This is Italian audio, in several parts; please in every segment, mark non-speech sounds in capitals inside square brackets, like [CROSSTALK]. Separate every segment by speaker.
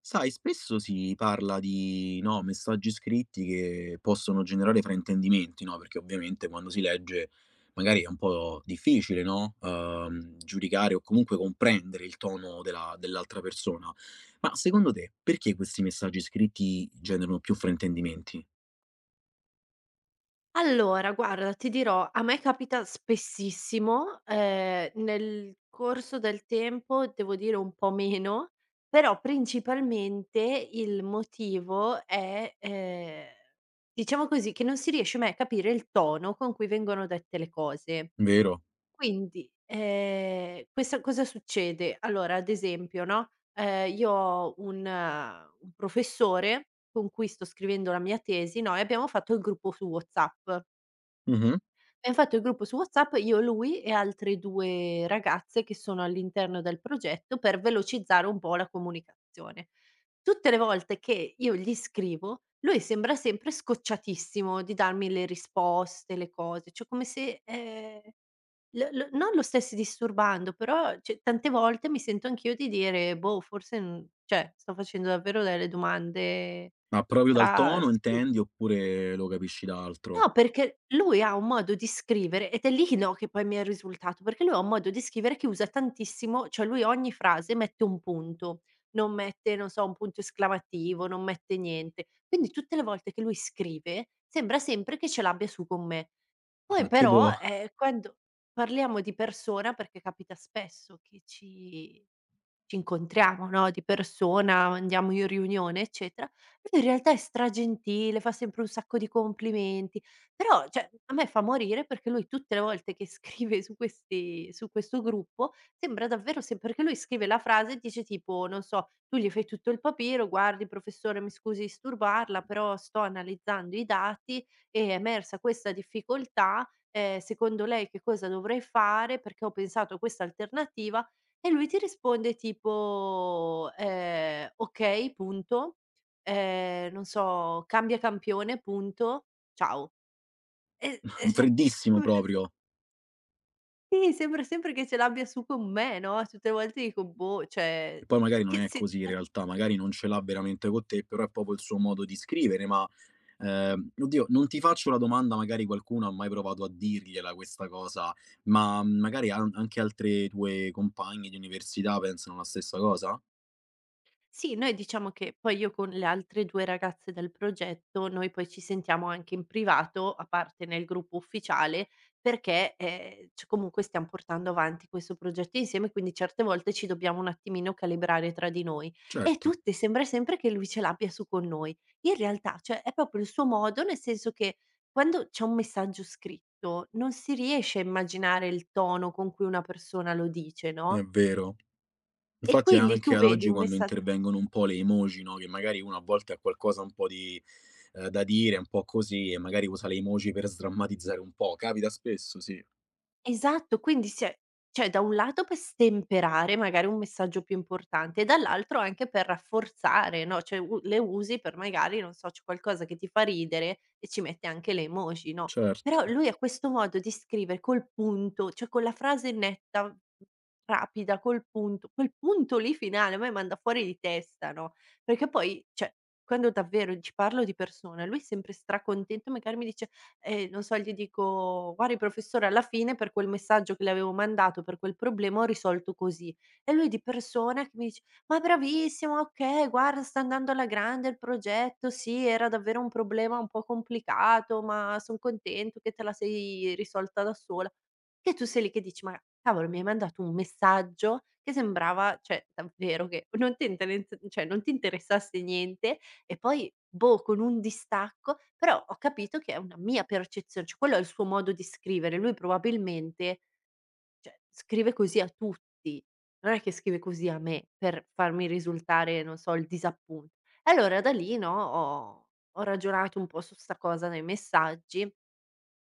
Speaker 1: Sai, spesso si parla di, no, messaggi scritti che possono generare fraintendimenti, no, perché ovviamente quando si legge magari è un po' difficile, no, giudicare o comunque comprendere il tono della dell'altra persona. Ma secondo te perché questi messaggi scritti generano più fraintendimenti?
Speaker 2: Allora, guarda, ti dirò, a me capita spessissimo, nel corso del tempo devo dire un po' meno, però principalmente il motivo è, diciamo così, che non si riesce mai a capire il tono con cui vengono dette le cose.
Speaker 1: Vero?
Speaker 2: Quindi, questa cosa succede? Allora, ad esempio, no, io ho un professore con cui sto scrivendo la mia tesi, no, e abbiamo fatto il gruppo su WhatsApp.
Speaker 1: Mh-mh.
Speaker 2: Abbiam fatto il gruppo su WhatsApp io, lui e altre 2 ragazze che sono all'interno del progetto per velocizzare un po' la comunicazione. Tutte le volte che io gli scrivo, lui sembra sempre scocciatissimo di darmi le risposte, le cose, cioè come se, l lo non lo stessi disturbando, però cioè tante volte mi sento anch'io di dire: "Boh, forse n cioè sto facendo davvero delle domande
Speaker 1: Ma proprio dal
Speaker 2: stra
Speaker 1: tono
Speaker 2: stu"
Speaker 1: intendi, oppure lo capisci da altro?
Speaker 2: No, perché lui ha un modo di scrivere ed è lì, no, che poi mi è risultato, perché lui ha un modo di scrivere che usa tantissimo, cioè lui ogni frase mette un punto, non mette, non so, un punto esclamativo, non mette niente. Quindi tutte le volte che lui scrive, sembra sempre che ce l'abbia su con me. Poi
Speaker 1: Ma tipo
Speaker 2: però, quando parliamo di persona, perché capita spesso che ci incontriamo, no, di persona, andiamo in riunione, eccetera. E lui in realtà è stragentile, fa sempre un sacco di complimenti, però cioè a me fa morire perché lui tutte le volte che [LAUGHS] scrive su questi su questo gruppo sembra davvero sem perché lui scrive la frase e dice tipo, non so, tu gli fai tutto il papiro: "Guardi professore, mi scusi di disturbarla, però sto analizzando i dati e è emersa questa difficoltà, secondo lei che cosa dovrei fare? Perché ho pensato a questa alternativa". E lui ti risponde tipo, "Okay, punto. Non so, cambia campione, punto. Ciao." E e
Speaker 1: [LAUGHS]
Speaker 2: cioè
Speaker 1: freddissimo
Speaker 2: [LAUGHS] sembra
Speaker 1: proprio?
Speaker 2: sì, sembra sempre che ce l'abbia su con me, no, tutte le volte dico: "Boh, cioè,
Speaker 1: E poi magari non
Speaker 2: che
Speaker 1: è
Speaker 2: se".
Speaker 1: così in realtà, magari non ce l'ha veramente con te, però è proprio il suo modo di scrivere. Ma, oddio, non ti faccio la domanda, magari qualcuno ha mai provato a dirgliela questa cosa, ma magari an anche altre tue compagne di università pensano la stessa cosa?
Speaker 2: Sì, noi diciamo che poi io con le altre 2 ragazze del progetto, noi poi ci sentiamo anche in privato, a parte nel gruppo ufficiale, perché, c comunque stiam portando avanti questo progetto insieme, quindi certe volte ci dobbiamo un attimino calibrare tra di noi. E
Speaker 1: Certo,
Speaker 2: tutte sembra sempre che lui ce l'abbia su con noi. In realtà, cioè, è proprio il suo modo, nel senso che quando c'è un messaggio scritto, non si riesce a immaginare il tono con cui una persona lo dice,
Speaker 1: è
Speaker 2: no,
Speaker 1: vero.
Speaker 2: e
Speaker 1: Infatti
Speaker 2: quindi
Speaker 1: anche
Speaker 2: tu
Speaker 1: ad
Speaker 2: vedi
Speaker 1: oggi
Speaker 2: un
Speaker 1: quando
Speaker 2: messa
Speaker 1: intervengono un po' le emoji, no, che magari uno a volte ha qualcosa un po' di da dire, un po' così, e magari usa le emoji per sdrammatizzare un po'. Capita spesso, sì.
Speaker 2: esatto, quindi si è cioè da un lato per stemperare magari un messaggio più importante e dall'altro anche per rafforzare, no, cioè u le usi per magari, non so, c'è qualcosa che ti fa ridere e ci mette anche le emoji, no,
Speaker 1: Certo.
Speaker 2: però lui ha questo modo di scrivere col punto, cioè con la frase netta, rapida, col punto, quel punto lì finale a me manda fuori di testa, no, perché poi cioè quando davvero ci parlo di persona, lui è sempre stracontento, magari mi dice: e non so, gli dico: "Guardi professore, alla fine per quel messaggio che le avevo mandato, per quel problema ho risolto così". E lui di persona che mi dice: "Ma bravissimo, okay, guarda sta andando alla grande il progetto, sì, era davvero un problema un po' complicato, ma son contento che te la sei risolta da sola". Che tu sei lì che dici: "Ma cavolo, mi hai mandato un messaggio che sembrava, cioè davvero che non ti interen cioè non ti interessasse niente e poi, boh, con un distacco, però ho capito che è una mia percezione, cioè quello è il suo modo di scrivere. Lui probabilmente, cioè, scrive così a tutti, non è che scrive così a me per farmi risultare, non so, il disappunto". E allora da lì, no, ho ragionato un po' su 'sta cosa nei messaggi.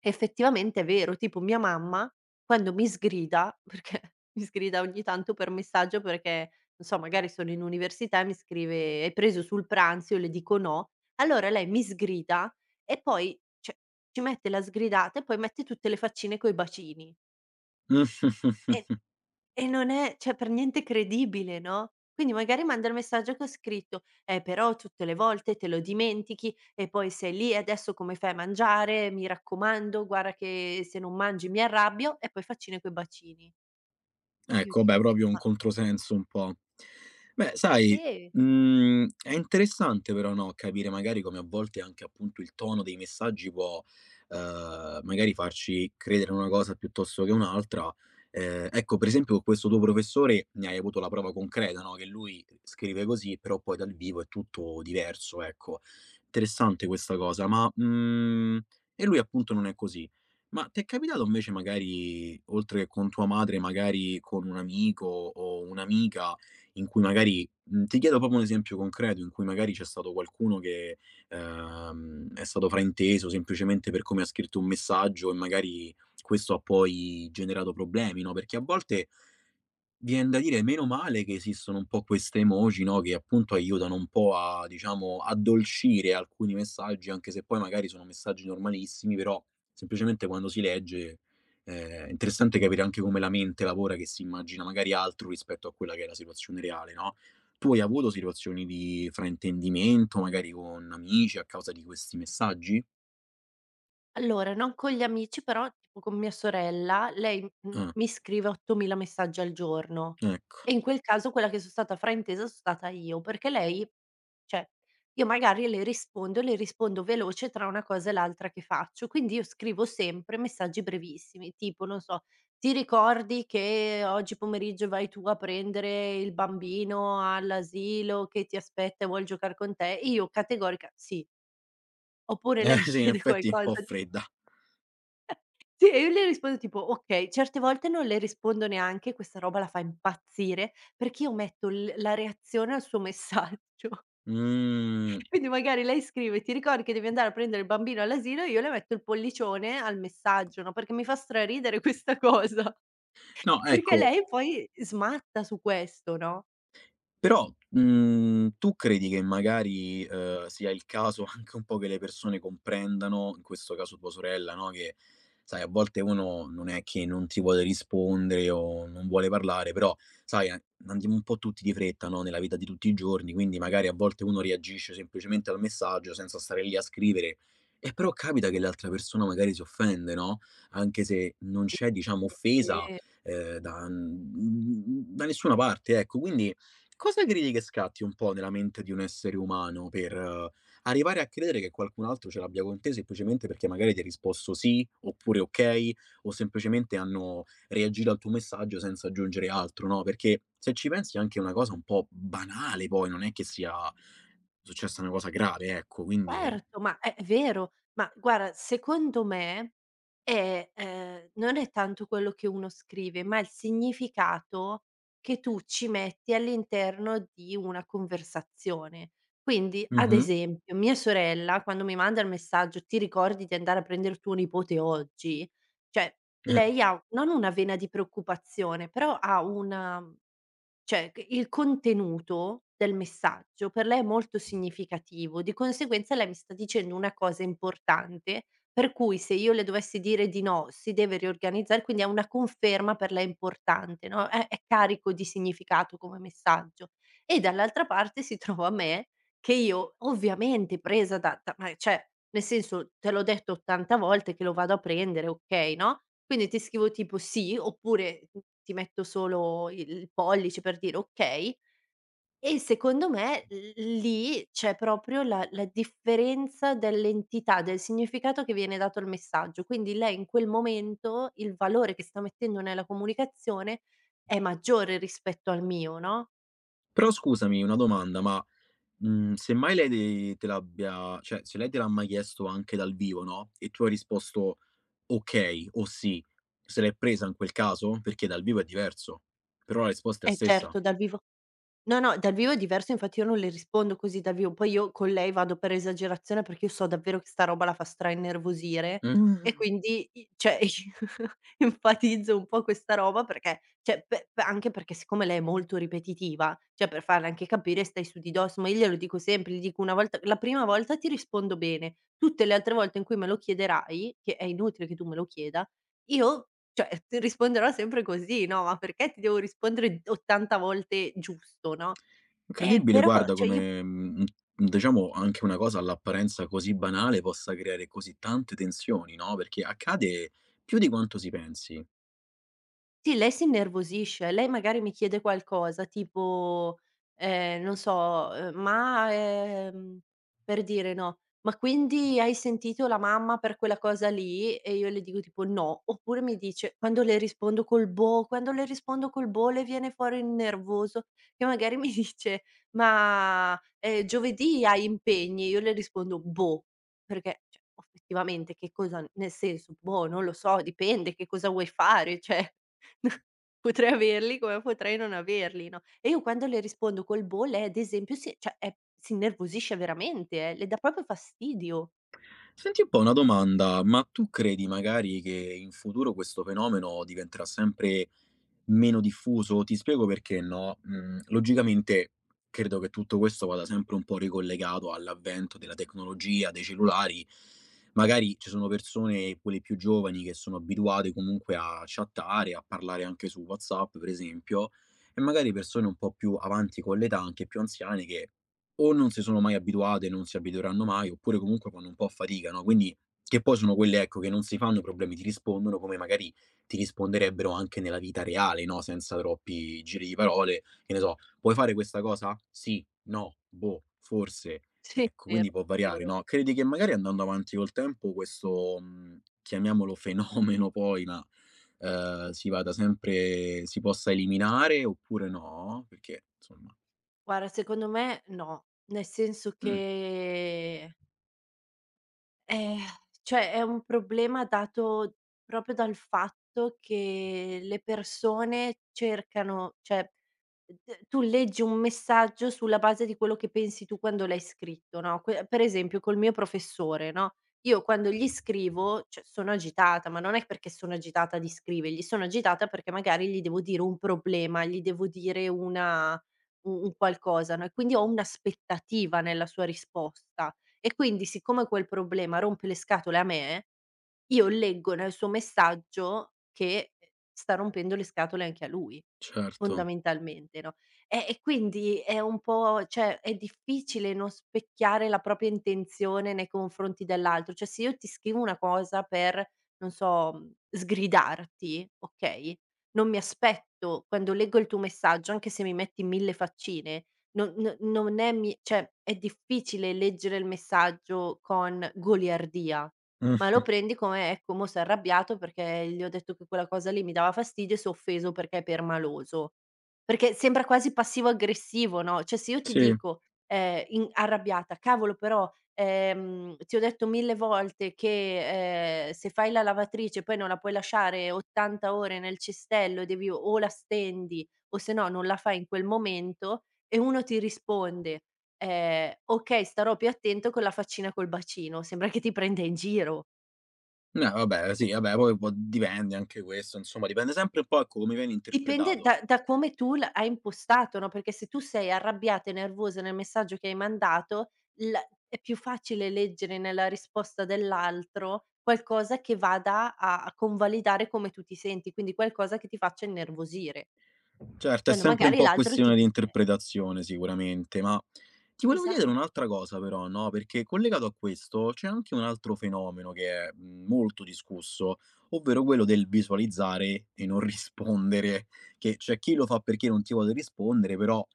Speaker 2: Effettivamente è vero, tipo mia mamma quando mi sgrida, perché [LAUGHS] mi sgrida ogni tanto per messaggio perché, non so, magari sono in università e mi scrive: "Hai preso sul pranzo?" Io le dico: "No". Allora lei mi sgrida e poi, cioè, ci mette la sgridata e poi mette tutte le faccine coi bacini.
Speaker 1: [LAUGHS]
Speaker 2: E e non è cioè per niente credibile, no, quindi magari manda il messaggio che ho scritto: però tutte le volte te lo dimentichi e poi sei lì e adesso come fai a mangiare? Mi raccomando, guarda che se non mangi mi arrabbio" e poi faccine coi bacini. E io
Speaker 1: Ecco, beh,
Speaker 2: dico:
Speaker 1: proprio un
Speaker 2: "Ma
Speaker 1: controsenso un po'. Beh, sai,
Speaker 2: te?"
Speaker 1: mhmm, è interessante però, no, capire magari come a volte anche appunto il tono dei messaggi può, magari farci credere una cosa piuttosto che un'altra. Ecco, per esempio, con questo tuo professore ne hai avuto la prova concreta, no, che lui scrive così, però poi dal vivo è tutto diverso, ecco. Interessante questa cosa, ma, mhmm, e lui appunto non è così. Ma t'è capitato invece magari, oltre che con tua madre, magari con un amico o un'amica in cui magari mhmm, ti chiedo proprio un esempio concreto in cui magari c'è stato qualcuno che, è stato frainteso semplicemente per come ha scritto un messaggio e magari questo ha poi generato problemi, no, perché a volte vien da dire meno male che esistono un po' queste emoji, no, che appunto aiutano un po' a diciamo, addolcire alcuni messaggi, anche se poi magari sono messaggi normalissimi, però semplicemente quando si legge, è interessante capire anche come la mente lavora, che si immagina magari altro rispetto a quella che è la situazione reale, no. Tu hai avuto situazioni di fraintendimento, magari con amici, a causa di questi messaggi?
Speaker 2: Allora, non con gli amici, però tipo con mia sorella, lei, mhmm,
Speaker 1: Ah,
Speaker 2: mi scrive 8000 messaggi al giorno
Speaker 1: ecco.
Speaker 2: e in quel caso quella che so' stata fraintesa so' stata io, perché lei cioè, io magari le rispondo e le rispondo veloce tra una cosa e l'altra che faccio, quindi io scrivo sempre messaggi brevissimi, tipo, non so: "Ti ricordi che oggi pomeriggio vai tu a prendere il bambino all'asilo che ti aspetta e vuol giocar con te?" Io categorica: "Sì." Oppure lei mi [LAUGHS]
Speaker 1: Eh sì, in
Speaker 2: chiede
Speaker 1: effetti è un po'
Speaker 2: qualcosa
Speaker 1: fredda.
Speaker 2: sì, e io le rispondo tipo: "Okay", certe volte non le rispondo neanche, questa roba la fa impazzire, perché io metto l la reazione al suo messaggio.
Speaker 1: Mhmm,
Speaker 2: [LAUGHS] Quindi magari lei scrive: "Ti ricordi che devi andare a prendere il bambino all'asilo?" Io le metto il pollicione al messaggio, no, perché mi fa straridere questa cosa, [LAUGHS]
Speaker 1: no
Speaker 2: perché
Speaker 1: ecco,
Speaker 2: lei poi smatta su questo, no?
Speaker 1: però, mhmm, tu credi che magari, sia il caso [LAUGHS] anche un po' che le persone comprendano, in questo caso tua sorella, no, che sai a volte uno non è che non ti vuole rispondere o non vuole parlare, però sai a andiamo un po' tutti di fretta, no, nella vita di tutti i giorni, quindi magari a volte uno reagisce semplicemente al messaggio senza stare lì a scrivere. E però capita che l'altra persona magari si offende, no, anche se non
Speaker 2: Sì.
Speaker 1: c'è diciamo offesa,
Speaker 2: Sì.
Speaker 1: da n mhmm, da nessuna parte, ecco. Quindi cosa credi che scatti un po' nella mente di un essere umano per arrivare a credere che qualcun altro ce l'abbia con te semplicemente perché magari ti ha risposto sì, oppure okay, o semplicemente hanno reagito al tuo messaggio senza aggiungere altro, no, perché se ci pensi è anche una cosa un po' banale poi, non è che sia successa una cosa grave, ecco, quindi
Speaker 2: Certo, ma è vero. Ma guarda, secondo me è non è tanto quello che uno scrive, ma il significato che tu ci metti all'interno di una conversazione. Quindi, ad
Speaker 1: mh-mh.
Speaker 2: esempio, mia sorella quando mi manda il messaggio: "Ti ricordi di andare a prendere tuo nipote oggi?" Cioè,
Speaker 1: Eh.
Speaker 2: lei ha non una vena di preoccupazione, però ha una cioè, c il contenuto del messaggio per lei è molto significativo, di conseguenza lei mi sta dicendo una cosa importante, per cui se io le dovessi dire di no, si deve riorganizzare, quindi è una conferma per lei importante, no, è carico di significato come messaggio. E dall'altra parte si trova me che io ovviamente presa da ma cioè, nel senso, te l'ho detto 80 volte che lo vado a prendere, okay, no, quindi ti scrivo tipo "sì" oppure, mhmm, ti metto solo il pollice per dire "okay" e secondo me l lì c'è proprio la differenza dell'entità, del significato che viene dato al messaggio. Quindi lei in quel momento, il valore che sta mettendo nella comunicazione è maggiore rispetto al mio, no.
Speaker 1: Però scusami, una domanda, ma mhmm, semmai lei de te l'abbia cioè, se lei te l'ha mai chiesto anche dal vivo, no, e tu hai risposto okay o sì, se l'è presa in quel caso? Perché dal vivo è diverso, però la risposta è la
Speaker 2: Eh
Speaker 1: stessa.
Speaker 2: certo, dal vivo no, no, dal vivo è diverso, infatti io non le rispondo così dal vivo. Poi io con lei vado per esagerazione perché io so davvero che sta roba la fa stra-innervosire e
Speaker 1: Mh,
Speaker 2: quindi i cioè [LAUGHS] enfatizzo un po' questa roba perché cioè pe pe anche perché siccome lei è molto ripetitiva, cioè per farle anche capire stai su di dosso, ma io glielo dico sempre, gli dico: "Una volta la prima volta ti rispondo bene, tutte le altre volte in cui me lo chiederai", che è inutile che tu me lo chieda, io cioè, [LAUGHS] ti risponderò sempre così, no, ma perché ti devo rispondere 80 volte giusto, no,
Speaker 1: incredibile
Speaker 2: però
Speaker 1: guarda
Speaker 2: cioè, gli
Speaker 1: come, mhmm, diciamo anche una cosa all'apparenza così banale possa creare così tante tensioni, no, perché accade più di quanto si pensi.
Speaker 2: sì, lei si innervosisce. Lei magari mi chiede qualcosa tipo, non so, "Ma, per dire, no: "Ma quindi hai sentito la mamma per quella cosa lì?" E io le dico tipo: "No." Oppure mi dice quando le rispondo col boh, quando le rispondo col boh le viene fuori il nervoso che magari mi [LAUGHS] dice: "Ma, giovedì hai impegni?" Io le rispondo: "Boh." Perché, cioè, obiettivamente che cosa nel senso, boh, non lo so, dipende che cosa vuoi fare, cioè [LAUGHS] potrei averli come potrei non averli, no, e io quando le rispondo col "boh", lei ad esempio cioè è si innervosisce veramente, le dà proprio fastidio.
Speaker 1: Senti un po' una domanda, ma tu credi magari che in futuro questo fenomeno diventerà sempre meno diffuso? Ti spiego perché no. Mhmm, logicamente credo che tutto questo vada sempre un po' ricollegato all'avvento della tecnologia, dei cellulari. Magari ci sono persone, quelle più giovani, che sono abituate comunque a chattare, a parlare anche su WhatsApp per esempio, e magari persone un po' più avanti con l'età, anche più anziane che o non si sono mai abituate, non si abitueranno mai, oppure comunque fanno un po' fatica, no, quindi che poi sono quelle, ecco, che non si fanno i problemi, ti rispondono come magari ti risponderebbero anche nella vita reale, no, senza troppi giri di parole, che ne so: "Puoi fare questa cosa? Sì, no, boh, forse".
Speaker 2: Sì, è
Speaker 1: Ecco, quindi
Speaker 2: vero,
Speaker 1: può
Speaker 2: è
Speaker 1: variare,
Speaker 2: vero.
Speaker 1: no, credi che magari andando avanti col tempo questo, mhmm, chiamiamolo [LAUGHS] fenomeno poi, ma, si vada sempre si possa eliminare oppure no? Perché, insomma
Speaker 2: Guarda, secondo me no, nel senso
Speaker 1: mh,
Speaker 2: che eh, cioè è un problema dato proprio dal fatto che le persone cercano cioè, d tu leggi un messaggio sulla base di quello che pensi tu quando l'hai scritto, no, que per esempio col mio professore, no, io quando gli scrivo, cioè sono agitata, ma non è perché sono agitata di scrivergli, sono agitata perché magari gli devo dire un problema, gli devo dire una u un qualcosa, no, e quindi ho un'aspettativa nella sua risposta. E quindi siccome quel problema rompe le scatole a me, io leggo nel suo messaggio che sta rompendo le scatole anche a lui,
Speaker 1: certo.
Speaker 2: fondamentalmente, no, e quindi è un po' cioè è difficile non specchiare la propria intenzione nei confronti dell'altro. Cioè se io ti scrivo una cosa per, non so, mhmm, sgridarti, okay, non mi aspetto, quando leggo il tuo messaggio, anche se mi metti 1000 faccine non è mi cioè è difficile leggere il messaggio con goliardia, ma
Speaker 1: Mh.
Speaker 2: lo prendi come: "Ecco, mo' s'è arrabbiato perché gli ho detto che quella cosa lì mi dava fastidio e s'è offeso perché è permaloso." Perché sembra quasi passivo aggressivo, no, cioè se io ti
Speaker 1: Sì.
Speaker 2: dico, in arrabbiata: "Cavolo però, ti ho detto 1000 volte che, se fai la lavatrice poi non la puoi lasciare 80 ore nel cestello e devi o la stendi o se no non la fai in quel momento." E uno ti risponde, "Okay, starò più attento con la faccina col bacino." Sembra che ti prenda in giro.
Speaker 1: No, vabbè, sì, vabbè, poi può dipende anche questo, insomma, dipende sempre un po', ecco, come viene
Speaker 2: Dipende
Speaker 1: interpretato.
Speaker 2: da come tu l hai impostato, no, perché se tu sei arrabbiata e nervosa nel messaggio che hai mandato, l è più facile leggere nella risposta dell'altro qualcosa che vada a convalidare come tu ti senti, quindi qualcosa che ti faccia innervosire.
Speaker 1: Certo, è
Speaker 2: Quando
Speaker 1: sempre un
Speaker 2: magari
Speaker 1: po'
Speaker 2: l'altro ti
Speaker 1: questione di
Speaker 2: dice
Speaker 1: interpretazione sicuramente, ma ti volevo
Speaker 2: esa
Speaker 1: chiedere un'altra cosa però, no, perché collegato a questo c'è anche un altro fenomeno che è mhmm, molto discusso, ovvero quello del visualizzare e non [LAUGHS] rispondere, che c'è chi lo fa perché non ti vuole rispondere, però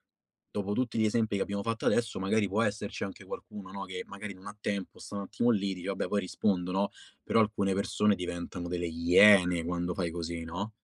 Speaker 1: dopo tutti gli esempi che abbiamo fatto adesso magari può esserci anche qualcuno, no, che magari non ha tempo, sta un attimo lì, dice: "Vabbè, poi rispondo", no, però alcune persone diventano delle iene quando fai così, no?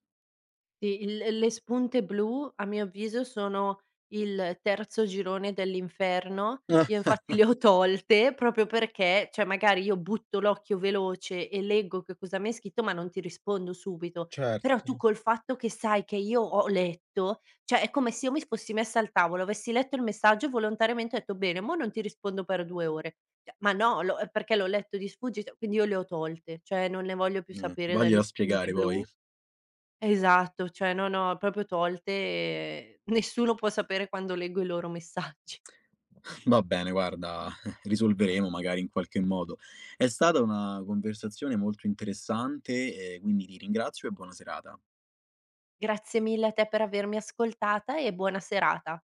Speaker 2: sì, il le spunte blu a mio avviso sono il terzo girone dell'inferno. Io
Speaker 1: Ah,
Speaker 2: infatti [LAUGHS] le ho tolte proprio perché, cioè magari io butto l'occhio veloce e leggo che cosa mi hai scritto, ma non ti rispondo subito. Però tu
Speaker 1: certo.
Speaker 2: col fatto che sai che io ho letto, cioè è come se io mi fossi messa al tavolo, avessi letto il messaggio e volontariamente ho detto: "Bene, mo' non ti rispondo per 2 ore". Cioè, ma no, l'ho perché l'ho letto di sfuggita, quindi io le ho tolte, cioè non ne voglio più sapere
Speaker 1: Vaglielo
Speaker 2: delle
Speaker 1: a
Speaker 2: spunte
Speaker 1: spiegare poi.
Speaker 2: blu. Esatto, cioè no, no, proprio tolte e nessuno può sapere quando leggo i loro messaggi.
Speaker 1: [LAUGHS] Va bene, guarda, [LAUGHS] risolveremo magari in qualche modo. È stata una conversazione molto interessante e quindi ti ringrazio e buona serata.
Speaker 2: Grazie mille a te per avermi ascoltata e buona serata.